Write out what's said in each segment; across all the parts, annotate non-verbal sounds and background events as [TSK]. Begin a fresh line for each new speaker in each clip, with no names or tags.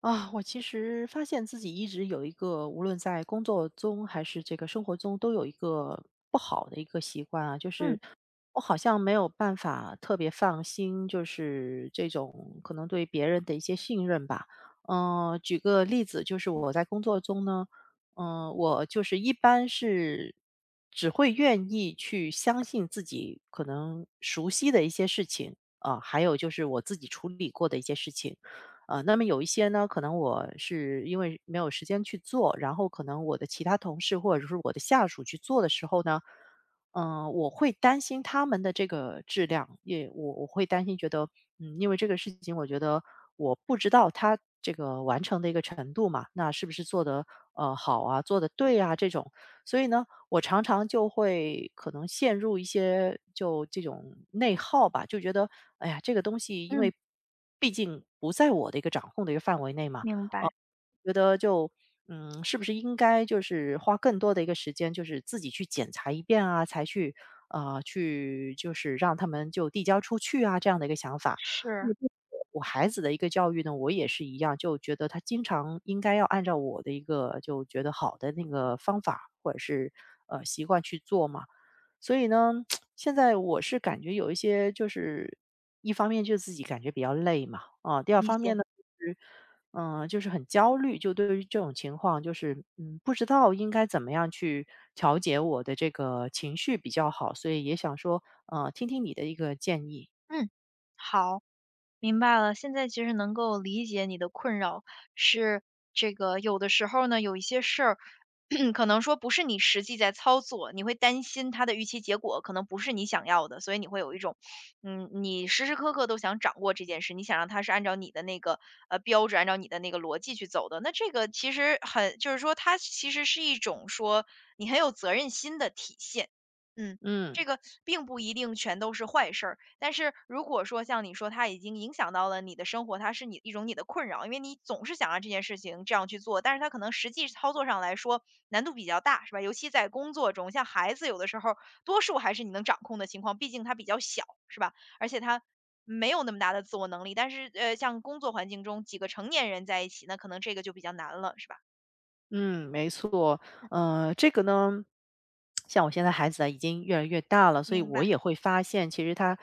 啊，我其实发现自己一直有一个，无论在工作中还是这个生活中，都有一个不好的一个习惯啊，就是
嗯
我好像没有办法特别放心，就是这种可能对别人的一些信任吧。举个例子，就是我在工作中呢，我就是一般是只会愿意去相信自己可能熟悉的一些事情啊、还有就是我自己处理过的一些事情。那么有一些呢，可能我是因为没有时间去做，然后可能我的其他同事或者是我的下属去做的时候呢，我会担心他们的这个质量，也我会担心觉得，嗯，因为这个事情，我觉得我不知道他这个完成的一个程度嘛，那是不是做得好啊，做得对啊这种，所以呢，我常常就会可能陷入一些就这种内耗吧，就觉得哎呀，这个东西因
嗯，
为毕竟不在我的一个掌控的一个范围内嘛，
明白，
觉得就嗯，是不是应该就是花更多的一个时间，就是自己去检查一遍啊，才去啊去就是让他们就递交出去啊这样的一个想法。那
是，
么对我孩子的一个教育呢，我也是一样，就觉得他经常应该要按照我的一个就觉得好的那个方法或者是习惯去做嘛。所以呢，现在我是感觉有一些就是一方面就自己感觉比较累嘛，啊，第二
理
方面
解。
呢，就是就是很焦虑，就对于这种情况，就是嗯，不知道应该怎么样去调节我的这个情绪比较好，所以也想说，听听你的一个建议，
嗯，好，明白了。现在其实能够理解你的困扰，是这个有的时候呢，有一些事儿，[CLEARS THROAT] 可能说不是你实际在操作，你会担心它的预期结果可能不是你想要的，所以你会有一种，你时时刻刻都想掌握这件事，你想让它是按照你的那个标准，按照你的那个逻辑去走的。那这个其实很，就是说它其实是一种说你很有责任心的体现。嗯，
嗯。
这个并不一定全都是坏事儿，但是如果说像你说它已经影响到了你的生活，它是你一种你的困扰，因为你总是想让这件事情这样去做，但是它可能实际操作上来说难度比较大，是吧？尤其在工作中，像孩子有的时候，多数还是你能掌控的情况，毕竟他比较小，是吧？而且他没有那么大的自我能力，但是像工作环境中几个成年人在一起，那可能这个就比较难了，是吧？
嗯，没错，
嗯，
这个呢，像我现在孩子啊，已经越来越大了，所以
明
我
白，
也会发现，其实他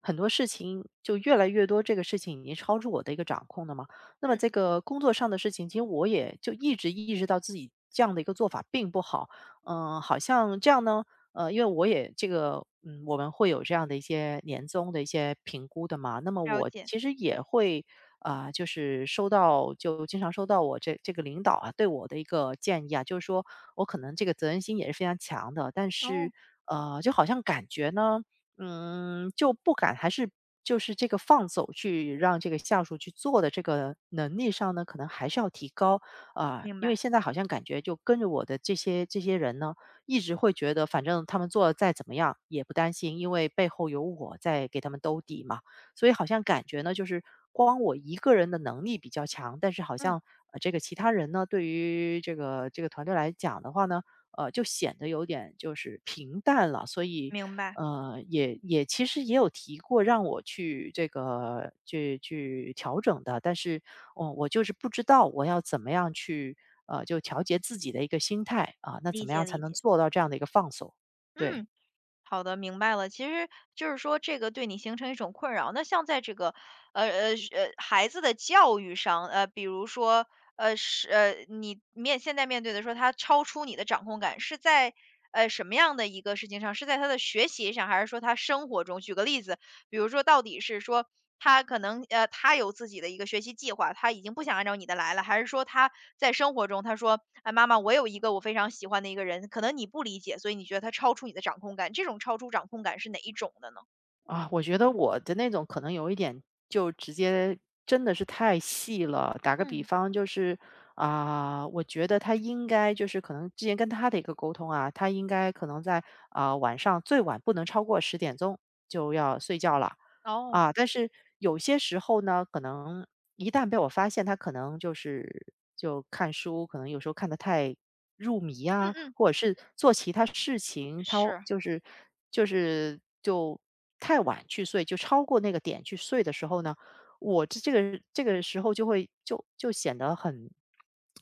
很多事情就越来越多，这个事情已经超出我的一个掌控了嘛。那么
嗯，
这个工作上的事情，其实我也就一直意识到自己这样的一个做法并不好，好像这样呢，因为我也这个，嗯，我们会有这样的一些年终的一些评估的嘛。那么
了
我
解，
其实也会，就是收到，就经常收到我这个领导啊对我的一个建议啊，就是说我可能这个责任心也是非常强的，但是
哦，
就好像感觉呢，嗯，就不敢还是就是这个放手去让这个下属去做的这个能力上呢，可能还是要提高啊、
明
因为
白，
现在好像感觉就跟着我的这些人呢。一直会觉得反正他们做的再怎么样也不担心，因为背后有我在给他们兜底嘛。所以好像感觉呢，就是光我一个人的能力比较强，但是好
嗯，
像这个其他人呢，对于这个团队来讲的话呢，就显得有点就是平淡了。所以
明白，
呃也也其实也有提过让我去这个去调整的，但是哦，我就是不知道我要怎么样去，就调节自己的一个心态啊，那怎
理
么样
解
才
理
能
解。
做到这样的一个放松？对，
嗯，好的，明白了。其实就是说，这个对你形成一种困扰。那像在这个，孩子的教育上，比如说，现在面对的说他超出你的掌控感，是在什么样的一个事情上？是在他的学习上，还是说他生活中？举个例子，比如说到底是说他可能他有自己的一个学习计划，他已经不想按照你的来了，还是说他在生活中他说："哎，妈妈，我有一个我非常喜欢的一个人，可能你不理解，所以你觉得他超出你的掌控感。"这种超出掌控感是哪一种的呢？
啊，我觉得我的那种可能有一点就直接真的是太细了。打个比
嗯，
方就是，啊，我觉得他应该就是可能之前跟他的一个沟通啊，他应该可能在啊，晚上最晚不能超过10点钟就要睡觉了。
哦，
啊，但是有些时候呢，可能一旦被我发现，他可能就是就看书，可能有时候看得太入迷
嗯
啊，
嗯，
或者是做其他事情，他
是，
就是就太晚去睡，就超过那个点去睡的时候呢，我这个时候就会就显得很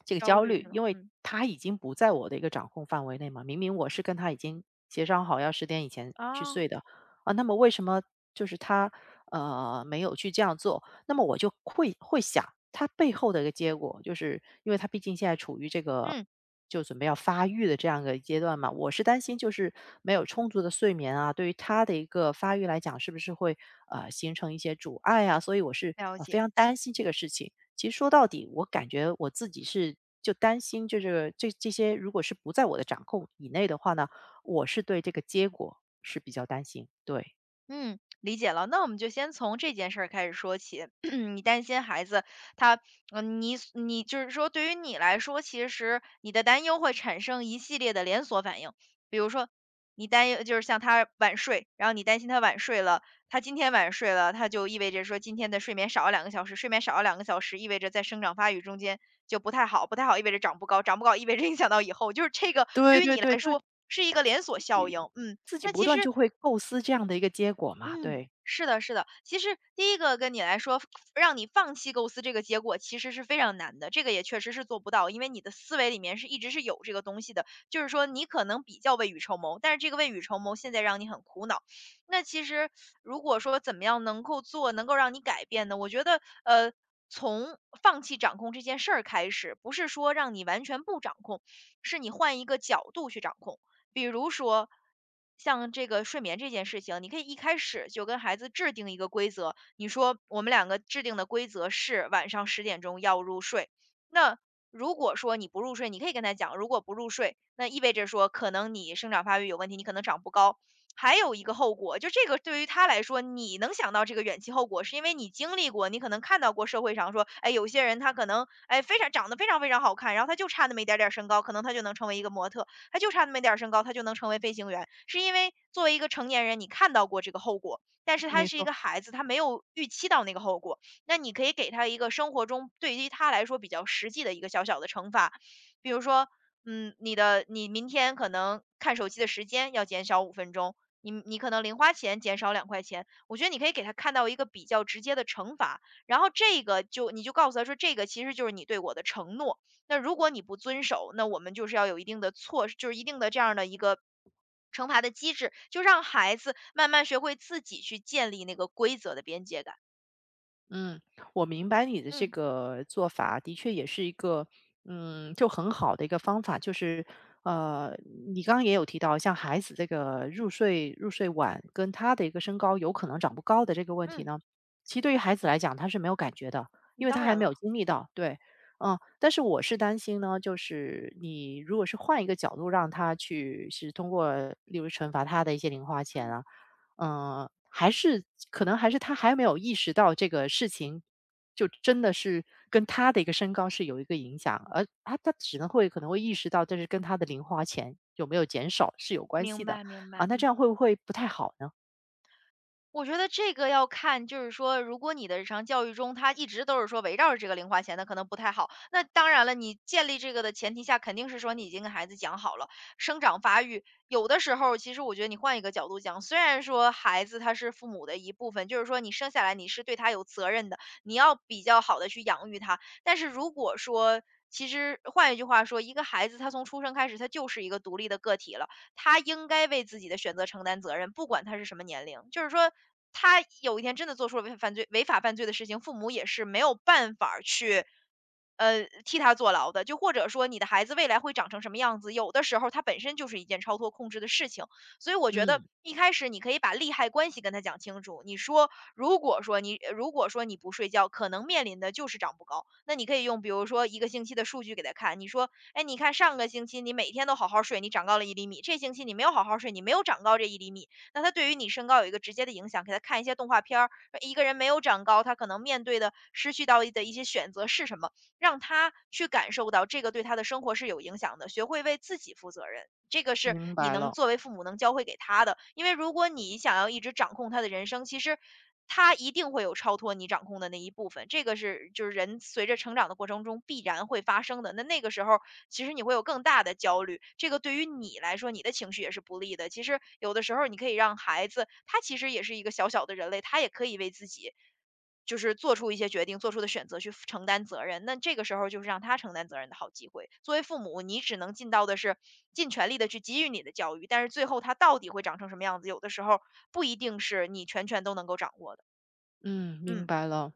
这个
焦
焦
虑
虑，
是
因
吗？
为
嗯，
他已经不在我的一个掌控范围内嘛。明明我是跟他已经协商好要十点以前去
啊，
睡的，啊，那么为什么就是他没有去这样做？那么我就会想他背后的一个结果，就是因为他毕竟现在处于这个
嗯，
就准备要发育的这样一个阶段嘛，我是担心就是没有充足的睡眠啊，对于他的一个发育来讲，是不是会形成一些阻碍啊？所以我是
了
非
解。
常担心这个事情。其实说到底，我感觉我自己是就担心，就是这些如果是不在我的掌控以内的话呢。我是对这个结果是比较担心，对，
嗯，理解了。那我们就先从这件事儿开始说起。[CLEARS THROAT] 你担心孩子他，你你就是说，对于你来说，其实你的担忧会产生一系列的连锁反应。比如说，你担忧就是像他晚睡，然后你担心他晚睡了，他今天晚睡了，他就意味着说今天的睡眠少了两个小时，睡眠少了两个小时，意味着在生长发育中间就不太好，不太好意味着长不高，长不高意味着影响到以后，就是这个
对
对于
对
你
对，
来
就
说是一个连锁效应。嗯，
自己
那
不
其
断就
实。
会构思这样的一个结果嘛，
嗯，
对，
是的，是的。其实第一个跟你来说，让你放弃构思这个结果其实是非常难的，这个也确实是做不到，因为你的思维里面是一直是有这个东西的，就是说你可能比较未雨绸缪，但是这个未雨绸缪现在让你很苦恼。那其实如果说怎么样能够做，能够让你改变呢？我觉得，从放弃掌控这件事儿开始，不是说让你完全不掌控，是你换一个角度去掌控。比如说，像这个睡眠这件事情，你可以一开始就跟孩子制定一个规则，你说我们两个制定的规则是晚上10点钟要入睡。那如果说你不入睡，你可以跟他讲，如果不入睡，那意味着说可能你生长发育有问题，你可能长不高。还有一个后果，就这个对于他来说，你能想到这个远期后果，是因为你经历过，你可能看到过社会上说，哎，有些人他可能哎非常长得非常非常好看，然后他就差那么一点点儿身高，可能他就能成为一个模特。他就差那么点儿身高，他就能成为飞行员，是因为作为一个成年人，你看到过这个后果，但是他
没
是一
错。
个孩子，他没有预期到那个后果。那你可以给他一个生活中对于他来说比较实际的一个小小的惩罚，比如说，你明天可能看手机的时间要减少5分钟，你可能零花钱减少2块钱。我觉得你可以给他看到一个比较直接的惩罚，然后这个就你就告诉他说，这个其实就是你对我的承诺。那如果你不遵守，那我们就是要有一定的措施，就是一定的这样的一个惩罚的机制，就让孩子慢慢学会自己去建立那个规则的边界感。
嗯，我明白你的这
嗯
个做法，的确也是一个，嗯，就很好的一个方法。就是，呃，你刚刚也有提到，像孩子这个入睡晚，跟他的一个身高有可能长不高的这个问题
嗯，
呢，其实对于孩子来讲他是没有感觉的，因为他
当
还
然
没
了，
有经历到。对，嗯，但是我是担心呢，就是你如果是换一个角度让他去，是通过例如惩罚他的一些零花钱
嗯，
啊，嗯，还是可能还是他还没有意识到这个事情，就真的是跟他的一个身高是有一个影响，而他只能会可能会意识到，这是跟他的零花钱有没有减少是有关系
明
的
白明
啊。
白。
那这样会不会不太好呢？
我觉得这个要看，就是说，如果你的日常教育中，他一直都是说围绕着这个零花钱，那可能不太好。那当然了，你建立这个的前提下，肯定是说你已经跟孩子讲好了生长发育。有的时候，其实我觉得你换一个角度讲，虽然说孩子他是父母的一部分，就是说你生下来你是对他有责任的，你要比较好的去养育他。但是如果说，其实换一句话说，一个孩子他从出生开始，他就是一个独立的个体了。他应该为自己的选择承担责任，不管他是什么年龄。就是说，他有一天真的做出了违法犯罪、的事情，父母也是没有办法儿去，替他坐牢的。就或者说，你的孩子未来会长成什么样子，有的时候他本身就是一件超脱控制的事情。所以我觉得
嗯，
一开始你可以把利害关系跟他讲清楚。你说，如果说你不睡觉，可能面临的就是长不高。那你可以用比如说一个星期的数据给他看，你说哎，你看上个星期你每天都好好睡，你长高了一厘米，这星期你没有好好睡，你没有长高这一厘米，那它对于你身高有一个直接的影响。给他看一些动画片儿，一个人没有长高，他可能面对的失去到的一些选择是什么，让他去感受到这个对他的生活是有影响的，学会为自己负责任。这个是
明
你
白
能
了，
作为父母能教会给他的，因为如果你想要一直掌控他的人生，其实他一定会有超脱你掌控的那一部分，这个是就是人随着成长的过程中必然会发生的。那那个时候，其实你会有更大的焦虑，这个对于你来说，你的情绪也是不利的。其实有的时候，你可以让孩子，他其实也是一个小小的人类，他也可以为自己。就是做出一些决定、做出的选择去负承担责任，那这个时候就是让他承担责任的好机会。作为父母，你只能尽到的是尽全力的去给予你的教育，但是最后他到底会长成什么样子，有的时候不一定是你全权都能够掌握的。
嗯，明
嗯
白了。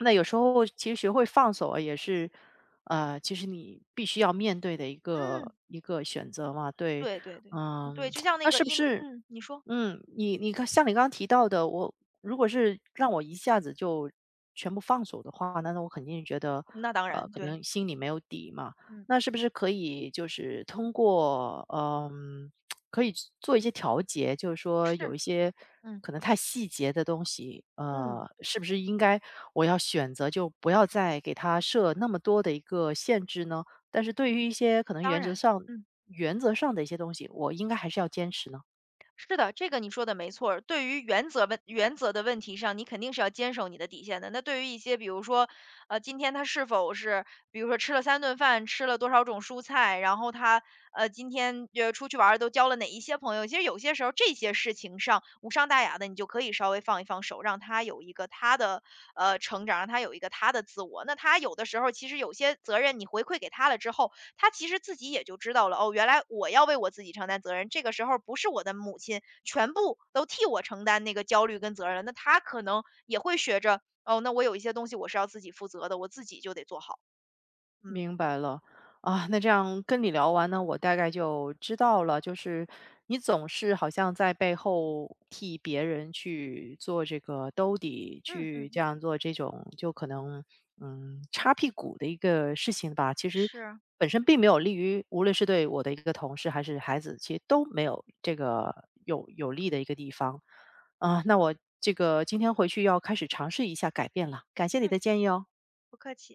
那有时候其实学会放手啊也是，其实你必须要面对的一
嗯，
个一个选择嘛。对，
对对对嗯对，
嗯，
就
[TSK]
像那
那
个
是不
因，
是，
你说，
嗯，你看，像你刚刚提到的，我如果是让我一下子就全部放手的话，那我肯定觉得，
那当然
可
对，
能心里没有底嘛。
嗯
那是不是可以就是通过，可以做一些调节，就是说有
是，
一些
嗯
可能太细节的东西，
嗯，
是不是应该我要选择就不要再给它设那么多的一个限制呢？但是对于一些可能
当然，嗯。
原则上的一些东西，我应该还是要坚持呢？
是的，这个你说的没错儿。对于原则的问题上，你肯定是要坚守你的底线的。那对于一些，比如说，今天他是否是，比如说吃了3顿饭，吃了多少种蔬菜，然后他今天就出去玩儿都交了哪一些朋友，其实有些时候这些事情上无伤大雅的，你就可以稍微放一放手，让他有一个他的成长，让他有一个他的自我。那他有的时候其实有些责任你回馈给他了之后，他其实自己也就知道了，哦，原来我要为我自己承担责任，这个时候不是我的母亲全部都替我承担那个焦虑跟责任了，那他可能也会学着，哦，那我有一些东西我是要自己负责的，我自己就得做好。嗯
明白了，啊，那这样跟你聊完呢，我大概就知道了，就是你总是好像在背后替别人去做这个兜底，
嗯
去这
嗯，
样做这种就可能擦屁股的一个事情吧。其实
是，
本身并没有利于，无论是对我的一个同事还是孩子，其实都没有这个有利的一个地方啊。那我这个今天回去要开始尝试一下改变了，感谢你
嗯，
的建议哦。
不客气。